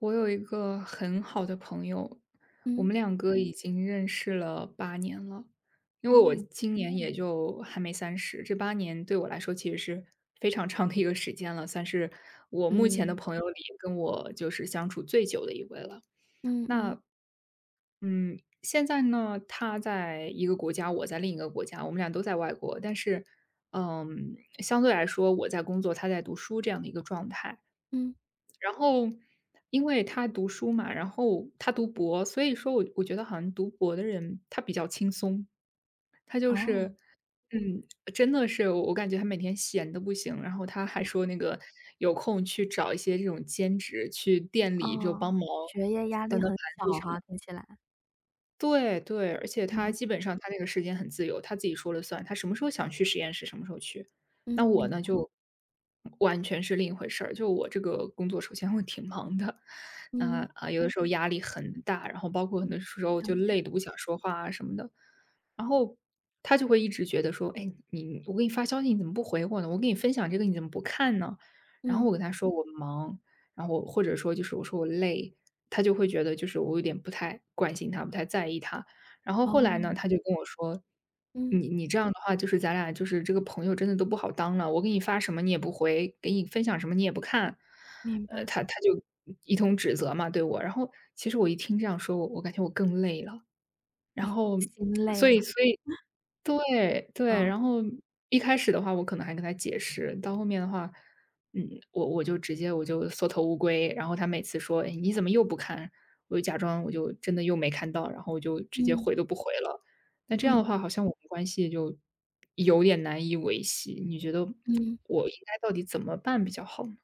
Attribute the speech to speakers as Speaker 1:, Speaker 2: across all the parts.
Speaker 1: 我有一个很好的朋友，我
Speaker 2: 嗯，
Speaker 1: 们两个已经认识了八年了。因为我
Speaker 2: 哦，
Speaker 1: 今年也就还没30，这8年对我来说其实是非常长的一个时间了，算是我目前的
Speaker 2: 嗯。
Speaker 1: 朋友里跟我就是相处最久的一位了。
Speaker 2: 嗯嗯
Speaker 1: 那嗯，现在呢，他在一个国家，我在另一个国家，我们俩都在外国，但是，相对来说，我在工作，他在读书这样的一个状态。
Speaker 2: 嗯，
Speaker 1: 然后因为他读书嘛，然后他读博，所以说我觉得好像读博的人他比较轻松，他就
Speaker 2: 哦，
Speaker 1: 是嗯，真的是我感觉他每天闲的不行，然后他还说那个有空去找一些这种兼职，去店里就
Speaker 2: 哦，
Speaker 1: 帮忙
Speaker 2: 学业压力
Speaker 1: 端端
Speaker 2: 很
Speaker 1: 盘子
Speaker 2: 小
Speaker 1: 什么。
Speaker 2: 哈，听起来。
Speaker 1: 对对，而且他
Speaker 2: 嗯，
Speaker 1: 基本上他那个时间很自由，他自己说了算，他什么时候想去实验室什么时候去。那
Speaker 2: 嗯
Speaker 1: 我
Speaker 2: 明
Speaker 1: 呢，
Speaker 2: 白。
Speaker 1: 就完全是另一回事儿。就我这个工作，首先会挺忙的，
Speaker 2: 嗯
Speaker 1: 有的时候压力很大，然后包括很
Speaker 2: 嗯，
Speaker 1: 多时候
Speaker 2: 了
Speaker 1: 就
Speaker 2: 解。
Speaker 1: 累的不想说话啊什么的。然后他就会一直觉得说，哎，你我给你发消息你怎么不回我呢？我给你分享这个你怎么不看呢？然后
Speaker 2: 嗯，
Speaker 1: 我跟他说我忙，然后我或者说就是我说我累，他就会觉得就是我有点不太关心他，不太在意他。然后后来呢，他
Speaker 2: 哦。
Speaker 1: 就跟我说：
Speaker 2: 嗯，
Speaker 1: “你这样的话，就是咱俩就是这个朋友真的都不好当了。我给你发什么你也不回，给你分享什么你也不看。”
Speaker 2: 明白。
Speaker 1: 他就一通指责嘛，对我。然后其实我一听这样说，我感觉我更累了。然后
Speaker 2: 心累
Speaker 1: 所
Speaker 2: 了，
Speaker 1: 以所以对，
Speaker 2: 嗯。
Speaker 1: 对，
Speaker 2: 啊
Speaker 1: 然后一开始的话，我可能还跟他解释，到后面的话，嗯，我就直接我就缩头乌龟，然后他每次说：“哎，你怎么又不看？”我就假装我就真的又没看到，然后我就直接
Speaker 2: 嗯
Speaker 1: 回都不回了。那这样
Speaker 2: 嗯
Speaker 1: 的话，好像我们关系就有点难以维系，你觉得
Speaker 2: 嗯。
Speaker 1: 我应该到底怎么办比较好呢？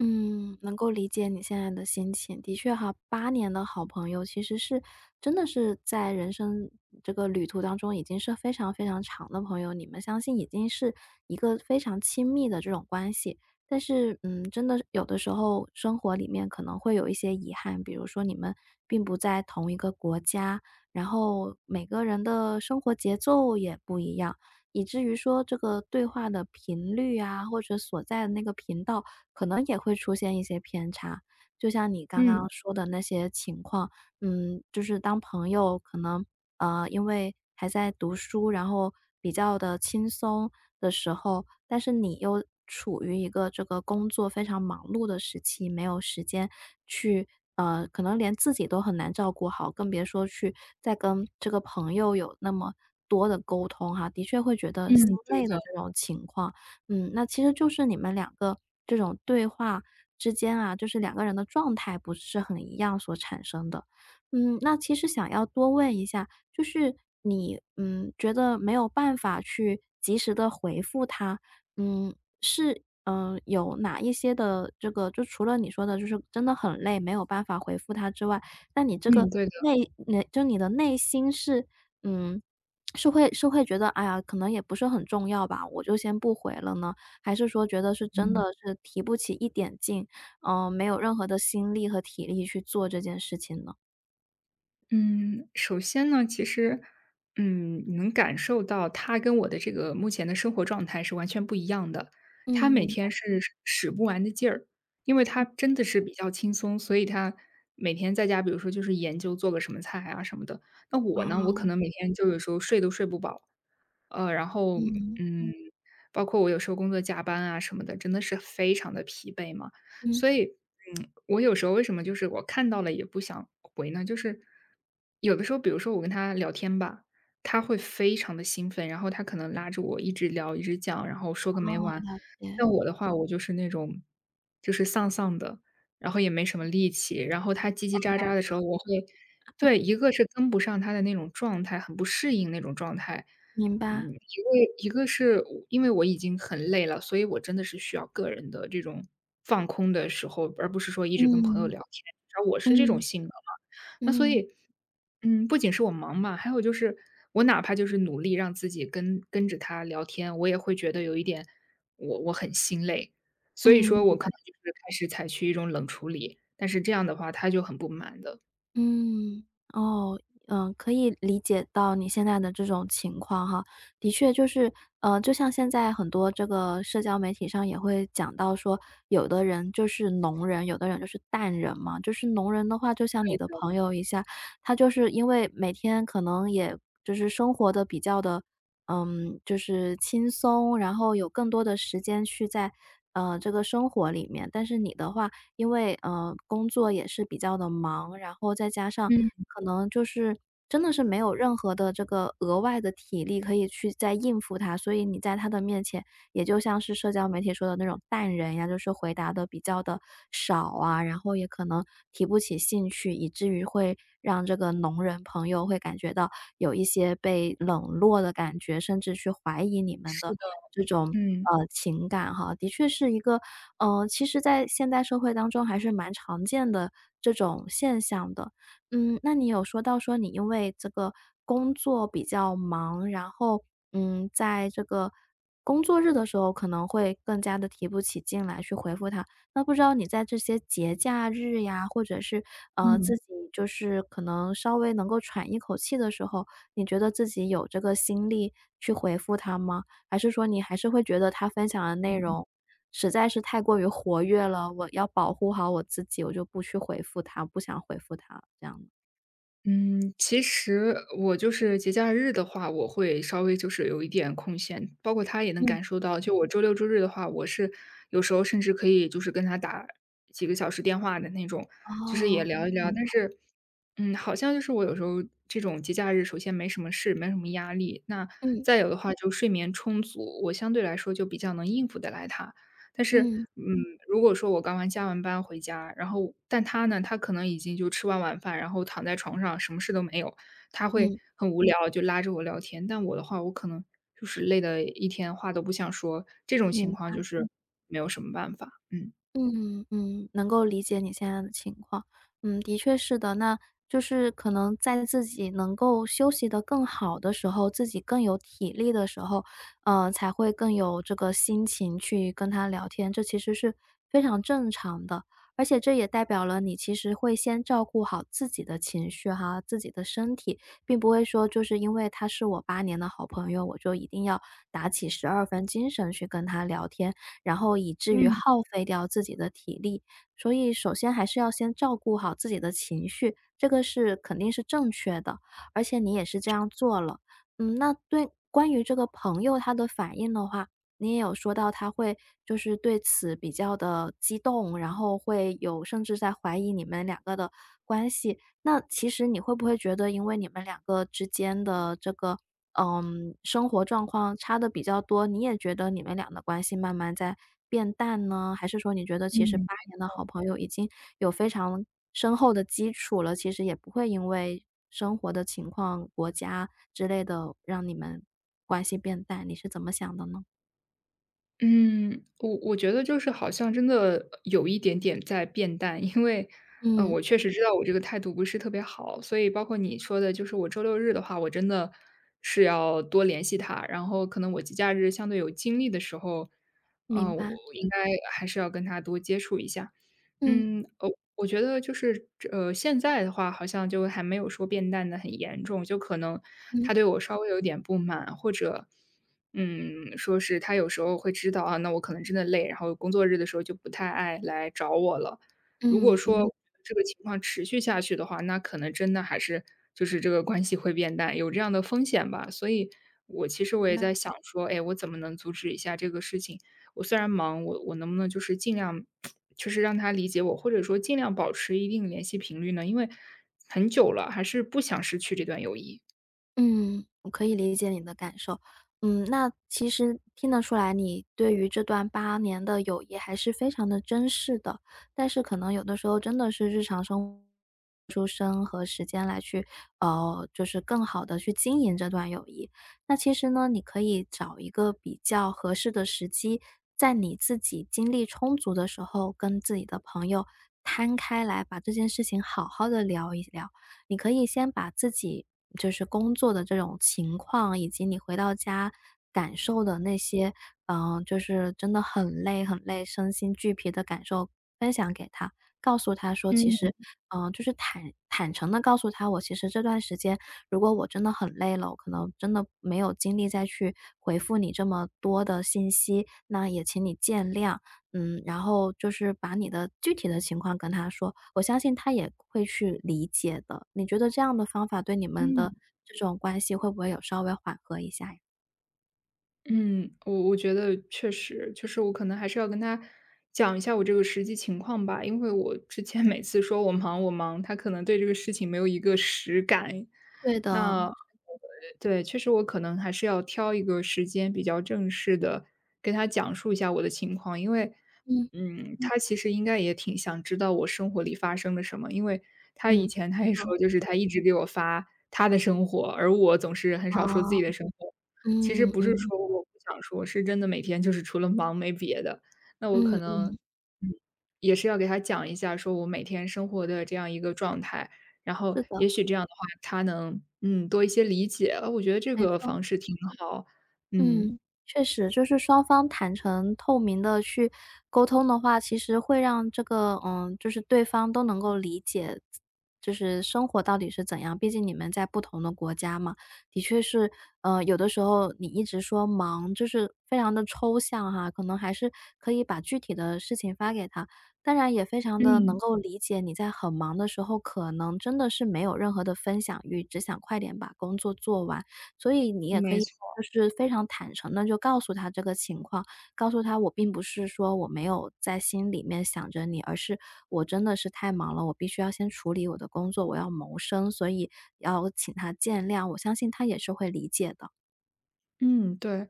Speaker 2: 嗯，能够理解你现在的心情。的确哈，八年的好朋友其实是真的是在人生这个旅途当中，已经是非常非常长的朋友，你们相信已经是一个非常亲密的这种关系。但是，嗯，真的有的时候生活里面可能会有一些遗憾，比如说你们并不在同一个国家，然后每个人的生活节奏也不一样。以至于说这个对话的频率啊，或者所在的那个频道，可能也会出现一些偏差。就像你刚刚
Speaker 1: 嗯，
Speaker 2: 说的那些情况，嗯，就是当朋友可能，因为还在读书，然后比较的轻松的时候，但是你又处于一个这个工作非常忙碌的时期，没有时间去可能连自己都很难照顾好，更别说去再跟这个朋友有那么多的沟通哈，的确会觉得心
Speaker 1: 嗯，对
Speaker 2: 累的
Speaker 1: 的，
Speaker 2: 这种情况。嗯，那其实就是你们两个这种对话之间啊，就是两个人的状态不是很一样所产生的。嗯，那其实想要多问一下，就是你，嗯，觉得没有办法去及时的回复他，嗯，是，嗯有哪一些的这个就除了你说的就是真的很累，没有办法回复他之外，那你这个
Speaker 1: 嗯，对的，
Speaker 2: 内内就你的内心是，嗯，是会觉得，哎呀，可能也不是很重要吧，我就先不回了呢？还是说觉得是真的
Speaker 1: 嗯。
Speaker 2: 是提不起一点劲，嗯没有任何的心力和体力去做这件事情呢？
Speaker 1: 嗯，首先呢，其实，你能感受到他跟我的这个目前的生活状态是完全不一样的。
Speaker 2: 嗯，
Speaker 1: 他每
Speaker 2: 明白
Speaker 1: 天是使不完的劲儿，因为他真的是比较轻松，所以他每天在家，比如说就是研究做个什么菜啊什么的。那我呢，我可
Speaker 2: 哦，
Speaker 1: 能每天就有时候睡都睡不饱，呃，然后
Speaker 2: 嗯，
Speaker 1: 嗯，包括我有时候工作加班啊什么的，真的是非常的疲惫嘛。
Speaker 2: 嗯，
Speaker 1: 所以，我有时候为什么就是我看到了也不想回呢？就是有的时候，比如说我跟他聊天吧，他会非常的兴奋，然后他可能拉着我一直聊，一直讲，然后说
Speaker 2: 哦，
Speaker 1: 个没完。
Speaker 2: 了解，
Speaker 1: 但我的话，我就是那种就是丧丧的，然后也没什么力气，然后他叽叽喳喳的时候，我会对一个是跟不上他的那种状态，很不适应那种状态，
Speaker 2: 明白，
Speaker 1: 一个是我因为我已经很累了，所以我真的是需要个人的这种放空的时候，而不是说一直跟朋友
Speaker 2: 嗯，
Speaker 1: 聊天，然后我是这种
Speaker 2: 嗯，
Speaker 1: 性格嘛。那所
Speaker 2: 嗯，
Speaker 1: 以，不仅是我忙嘛，还有就是我哪怕就是努力让自己跟着他聊天，我也会觉得有一点我很心累，所以
Speaker 2: 嗯。
Speaker 1: 说我可能就是开始采取一种冷处理，但是这样的话他就很不满的。
Speaker 2: 嗯，哦，嗯，可以理解到你现在的这种情况哈。的确就是，就像现在很多这个社交媒体上也会讲到说，有的人就是浓人，有的人就是淡人嘛。就是浓人的话，就像你的朋友一下，他就是因为每天可能也就是生活的比较的，嗯，就是轻松，然后有更多的时间去在，这个生活里面。但是你的话，因为，工作也是比较的忙，然后再加上
Speaker 1: 嗯，
Speaker 2: 可能就是真的是没有任何的这个额外的体力可以去再应付他，所以你在他的面前也就像是社交媒体说的那种淡人呀，就是回答的比较的少啊，然后也可能提不起兴趣，以至于会让这个聋人朋友会感觉到有一些被冷落的感觉，甚至去怀疑你们
Speaker 1: 是
Speaker 2: 的
Speaker 1: 的，
Speaker 2: 这种，
Speaker 1: 嗯
Speaker 2: 情感哈。的确是一个，其实在现代社会当中还是蛮常见的这种现象的。嗯，那你有说到说你因为这个工作比较忙，然后，嗯，在这个工作日的时候可能会更加的提不起劲来去回复他。那不知道你在这些节假日呀，或者是，自
Speaker 1: 嗯。
Speaker 2: 己就是可能稍微能够喘一口气的时候，你觉得自己有这个心力去回复他吗？还是说你还是会觉得他分享的内容实在是太过于活跃了，我要保护好我自己，我就不去回复他，不想回复他这样的。
Speaker 1: 嗯，其实我就是节假日的话，我会稍微就是有一点空闲，包括他也能
Speaker 2: 嗯。
Speaker 1: 感受到。就我周六周日的话，我是有时候甚至可以就是跟他打几个小时电话的那种，就是也
Speaker 2: 哦，
Speaker 1: 聊一聊。
Speaker 2: 明
Speaker 1: 但
Speaker 2: 白
Speaker 1: 是，好像就是我有时候这种节假日，首先没什么事，没什么压力。那
Speaker 2: 嗯，
Speaker 1: 再有的话，就睡眠充足，我相对来说就比较能应付得来他。但是，
Speaker 2: 嗯，
Speaker 1: 嗯，如果说我刚完加完班回家，然后但他呢，他可能已经就吃完晚饭，然后躺在床上什么事都没有，他会
Speaker 2: 嗯，
Speaker 1: 很无聊，就拉着我聊天。但我的话，我可能就是累的一天话都不想说，这种情
Speaker 2: 明白。
Speaker 1: 况就是没有什么办法，嗯。
Speaker 2: 嗯嗯，能够理解你现在的情况。嗯，的确是的，那就是可能在自己能够休息得更好的时候，自己更有体力的时候，才会更有这个心情去跟他聊天，这其实是非常正常的。而且这也代表了你其实会先照顾好自己的情绪哈，自己的身体，并不会说就是因为他是我八年的好朋友，我就一定要打起十二分精神去跟他聊天。然后以至于
Speaker 1: 嗯
Speaker 2: 耗费掉自己的体力。所以首先还是要先照顾好自己的情绪，这个是肯定是正确的，而且你也是这样做了。嗯，那对关于这个朋友他的反应的话，你也有说到他会就是对此比较的激动，然后会有甚至在怀疑你们两个的关系。那其实你会不会觉得因为你们两个之间的这个生活状况差的比较多，你也觉得你们俩的关系慢慢在变淡呢？还是说你觉得其实八
Speaker 1: 嗯。
Speaker 2: 年的好朋友已经有非常深厚的基础了，其实也不会因为生活的情况、国家之类的让你们关系变淡，你是怎么想的呢？
Speaker 1: 嗯，我觉得就是好像真的有一点点在变淡，因为，
Speaker 2: 嗯，
Speaker 1: 我确实知道我这个态度不是特别好，所以包括你说的，就是我周六日的话，我真的是要多联系他，然后可能我节假日相对有精力的时候，
Speaker 2: 明
Speaker 1: 嗯、我
Speaker 2: 白，
Speaker 1: 应该还是要跟他多接触一下。
Speaker 2: 嗯，
Speaker 1: 嗯，呃我觉得就是现在的话好像就还没有说变淡的很严重，就可能
Speaker 2: 嗯，
Speaker 1: 他对我稍微有点不满，或者，说是他有时候会知道啊，那我可能真的累，然后工作日的时候就不太爱来找我了。如果
Speaker 2: 嗯，嗯。
Speaker 1: 说这个情况持续下去的话，那可能真的还是就是这个关系会变淡，有这样的风险吧。所以我其实我
Speaker 2: 明
Speaker 1: 也
Speaker 2: 白。
Speaker 1: 在想说，哎，我怎么能阻止一下这个事情？我虽然忙，我能不能就是尽量就是让他理解我，或者说尽量保持一定联系频率呢？因为很久了，还是不想失去这段友谊。
Speaker 2: 嗯，我可以理解你的感受。嗯，那其实听得出来，你对于这段八年的友谊还是非常的珍视的。但是可能有的时候真的是日常生活、出生和时间来去，就是更好的去经营这段友谊。那其实呢，你可以找一个比较合适的时机，在你自己精力充足的时候，跟自己的朋友摊开来，把这件事情好好的聊一聊。你可以先把自己就是工作的这种情况，以及你回到家感受的那些，嗯，就是真的很累很累，身心俱疲的感受分享给他，告诉他说，其
Speaker 1: 嗯
Speaker 2: 实，嗯，就是坦诚的告诉他，我其实这段时间如果我真的很累了，我可能真的没有精力再去回复你这么多的信息，那也请你见谅。嗯，然后就是把你的具体的情况跟他说，我相信他也会去理解的。你觉得这样的方法对你们
Speaker 1: 嗯。
Speaker 2: 的这种关系会不会有稍微缓和一下呀？
Speaker 1: 嗯，我觉得确实，就是我可能还是要跟他讲一下我这个实际情况吧，因为我之前每次说我忙我忙，他可能对这个事情没有一个实感。
Speaker 2: 对的，
Speaker 1: 那对，确实我可能还是要挑一个时间比较正式的跟他讲述一下我的情况，因为
Speaker 2: 嗯，
Speaker 1: 他其实应该也挺想知道我生活里发生了什么，因为他以
Speaker 2: 嗯，
Speaker 1: 前
Speaker 2: 没
Speaker 1: 他也
Speaker 2: 错，
Speaker 1: 说，就是他一直给我发他的生活，而我总是很少说自
Speaker 2: 哦，
Speaker 1: 己的生活。其实
Speaker 2: 嗯，
Speaker 1: 不是
Speaker 2: 嗯，
Speaker 1: 说我不想说，是真的每天就是除了忙没别的。那我
Speaker 2: 嗯
Speaker 1: 可能，
Speaker 2: 嗯，
Speaker 1: 嗯，也是要给他讲一下，说我每天生活的这样一个状态，然后
Speaker 2: 是的，
Speaker 1: 也许这样的话，他能多一些理解。我觉得这
Speaker 2: 没
Speaker 1: 个
Speaker 2: 错。
Speaker 1: 方式挺好。
Speaker 2: 嗯，
Speaker 1: 嗯
Speaker 2: 确实，就是双方坦诚透明的去沟通的话，其实会让这个嗯，就是对方都能够理解，就是生活到底是怎样。毕竟你们在不同的国家嘛，的确是，有的时候你一直说忙，就是非常的抽象哈，可能还是可以把具体的事情发给他。当然也非常的能够理解你在很忙的时候，可能真的是没有任何的分享欲，只想快点把工作做完。所以你
Speaker 1: 嗯，
Speaker 2: 也可
Speaker 1: 没
Speaker 2: 以
Speaker 1: 错。
Speaker 2: 就是非常坦诚的就告诉他这个情况，告诉他我并不是说我没有在心里面想着你，而是我真的是太忙了，我必须要先处理我的工作，我要谋生，所以要请他见谅，我相信他也是会理解的。
Speaker 1: 嗯，对。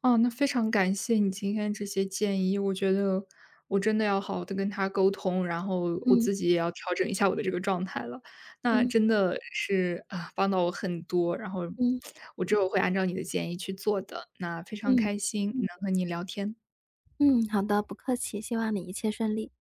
Speaker 1: 哦，那非常感谢你今天这些建议，我觉得我真的要好好的跟他沟通，然后我
Speaker 2: 嗯，
Speaker 1: 自己也要调整一下我的这个状态了。那
Speaker 2: 嗯，
Speaker 1: 真的是，帮到我很多，然后
Speaker 2: 嗯，
Speaker 1: 我之后会按照你的建议去做的，那非常
Speaker 2: 嗯，
Speaker 1: 开心能和你聊天。
Speaker 2: 嗯，好的，不客气，希望你一切顺利。